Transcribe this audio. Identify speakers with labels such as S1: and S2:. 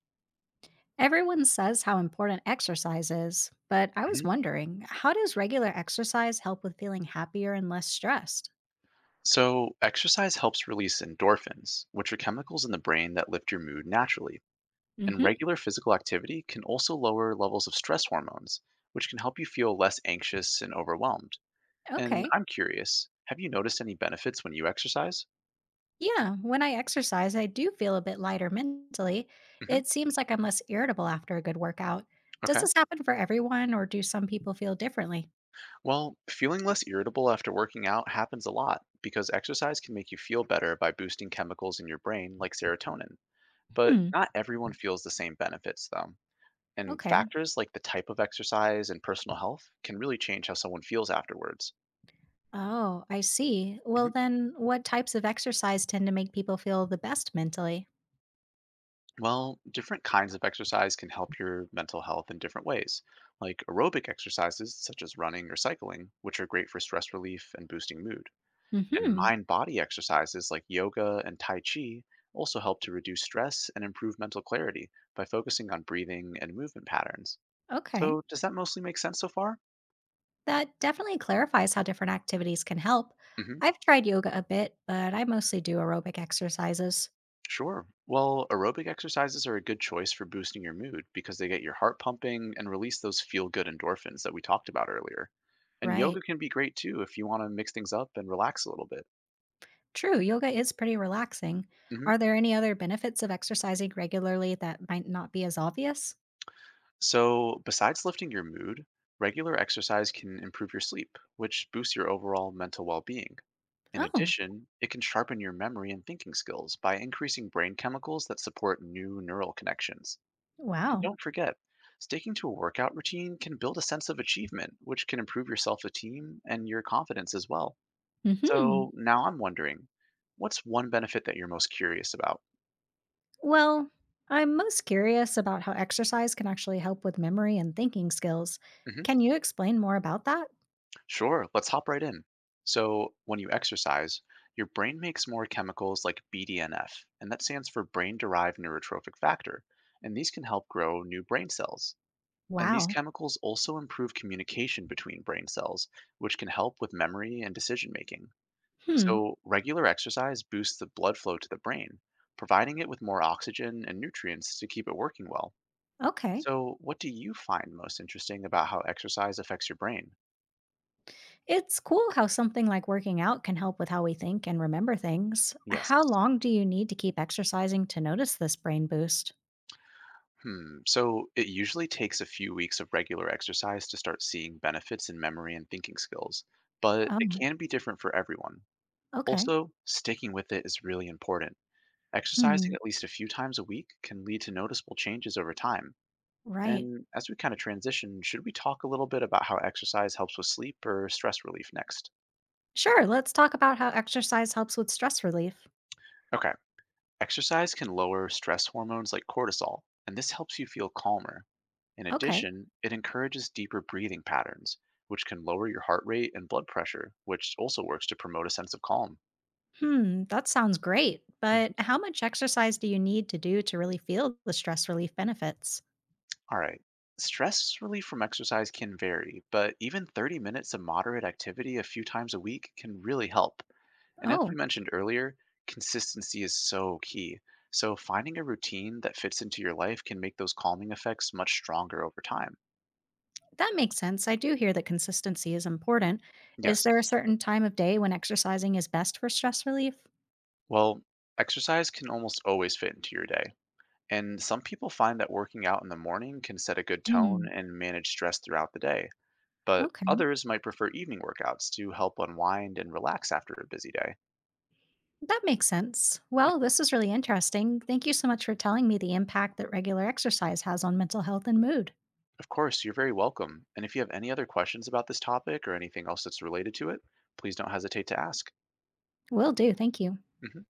S1: Everyone says how important exercise is, but I was
S2: Mhm.
S1: wondering, how does regular exercise help with feeling happier and less stressed?
S2: So, exercise helps release endorphins, which are chemicals in the brain that lift your mood naturally. And
S1: Hmm.
S2: regular physical activity can also lower levels of stress hormones, which can help you feel less anxious and overwhelmed. And
S1: Okay.
S2: I'm curious, have you noticed any benefits when you exercise?
S1: Yeah, when I exercise, I do feel a bit lighter mentally.
S2: Hmm.
S1: It seems like I'm less irritable after a good workout. Does
S2: Okay.
S1: this happen for everyone, or do some people feel differently?
S2: Well, feeling less irritable after working out happens a lot because exercise can make you feel better by boosting chemicals in your brain like serotonin. But
S1: Hmm.
S2: not everyone feels the same benefits, though. And
S1: Okay.
S2: factors like the type of exercise and personal health can really change how someone feels afterwards.
S1: Oh, I see. Well,
S2: Mhm.
S1: then, what types of exercise tend to make people feel the best mentally?
S2: Well, different kinds of exercise can help your mental health in different ways, like aerobic exercises such as running or cycling, which are great for stress relief and boosting mood. And
S1: Hmm.
S2: mind body exercises like yoga and Tai Chi also help to reduce stress and improve mental clarity by focusing on breathing and movement patterns.
S1: Okay.
S2: So, does that mostly make sense so far?
S1: That definitely clarifies how different activities can help.
S2: Mhm.
S1: I've tried yoga a bit, but I mostly do aerobic exercises.
S2: Sure. Well, aerobic exercises are a good choice for boosting your mood because they get your heart pumping and release those feel good endorphins that we talked about earlier. And
S1: Right.
S2: yoga can be great too if you want to mix things up and relax a little bit.
S1: True, yoga is pretty relaxing.
S2: Hmm.
S1: Are there any other benefits of exercising regularly that might not be as obvious?
S2: So, besides lifting your mood, regular exercise can improve your sleep, which boosts your overall mental well being. In
S1: Oh,
S2: addition, it can sharpen your memory and thinking skills by increasing brain chemicals that support new neural connections. And
S1: wow.
S2: don't forget, sticking to a workout routine can build a sense of achievement, which can improve your self esteem and your confidence as well.
S1: Mhm.
S2: So now I'm wondering, what's one benefit that you're most curious about?
S1: Well, I'm most curious about how exercise can actually help with memory and thinking skills.
S2: Hmm.
S1: Can you explain more about that?
S2: Sure, let's hop right in. So, when you exercise, your brain makes more chemicals like BDNF, and that stands for brain derived neurotrophic factor. And these can help grow new brain cells. And these
S1: Wow.
S2: chemicals also improve communication between brain cells, which can help with memory and decision making.
S1: Hmm.
S2: So, regular exercise boosts the blood flow to the brain, providing it with more oxygen and nutrients to keep it working well.
S1: Okay.
S2: So, what do you find most interesting about how exercise affects your brain?
S1: It's cool how something like working out can help with how we think and remember things.
S2: Yes.
S1: How long do you need to keep exercising to notice this brain boost?
S2: Hmm. So, it usually takes a few weeks of regular exercise to start seeing benefits in memory and thinking skills, but it
S1: Oh,
S2: can be different for everyone.
S1: okay.
S2: Also, sticking with it is really important. Exercising
S1: Hmm.
S2: at least a few times a week can lead to noticeable changes over time.
S1: Right.
S2: And as we kind of transition, should we talk a little bit about how exercise helps with sleep or stress relief next?
S1: Sure. Let's talk about how exercise helps with stress relief.
S2: Okay. Exercise can lower stress hormones like cortisol, and this helps you feel calmer. In
S1: Okay.
S2: addition, it encourages deeper breathing patterns, which can lower your heart rate and blood pressure, which also works to promote a sense of calm.
S1: Hmm. That sounds great. But how much exercise do you need to do to really feel the stress relief benefits?
S2: All right. Stress relief from exercise can vary, but even 30 minutes of moderate activity a few times a week can really help. And as we
S1: Oh,
S2: mentioned earlier, consistency is so key. So finding a routine that fits into your life can make those calming effects much stronger over time.
S1: that makes sense. I do hear that consistency is important. Is there
S2: Yes.
S1: a certain time of day when exercising is best for stress relief?
S2: Well, exercise can almost always fit into your day. And some people find that working out in the morning can set a good tone
S1: Hmm.
S2: and manage stress throughout the day. But
S1: Okay.
S2: others might prefer evening workouts to help unwind and relax after a busy day.
S1: That makes sense. Well, this is really interesting. Thank you so much for telling me the impact that regular exercise has on mental health and mood.
S2: Of course, you're very welcome. And if you have any other questions about this topic or anything else that's related to it, please don't hesitate to ask.
S1: Will do. Thank you.
S2: Mhm.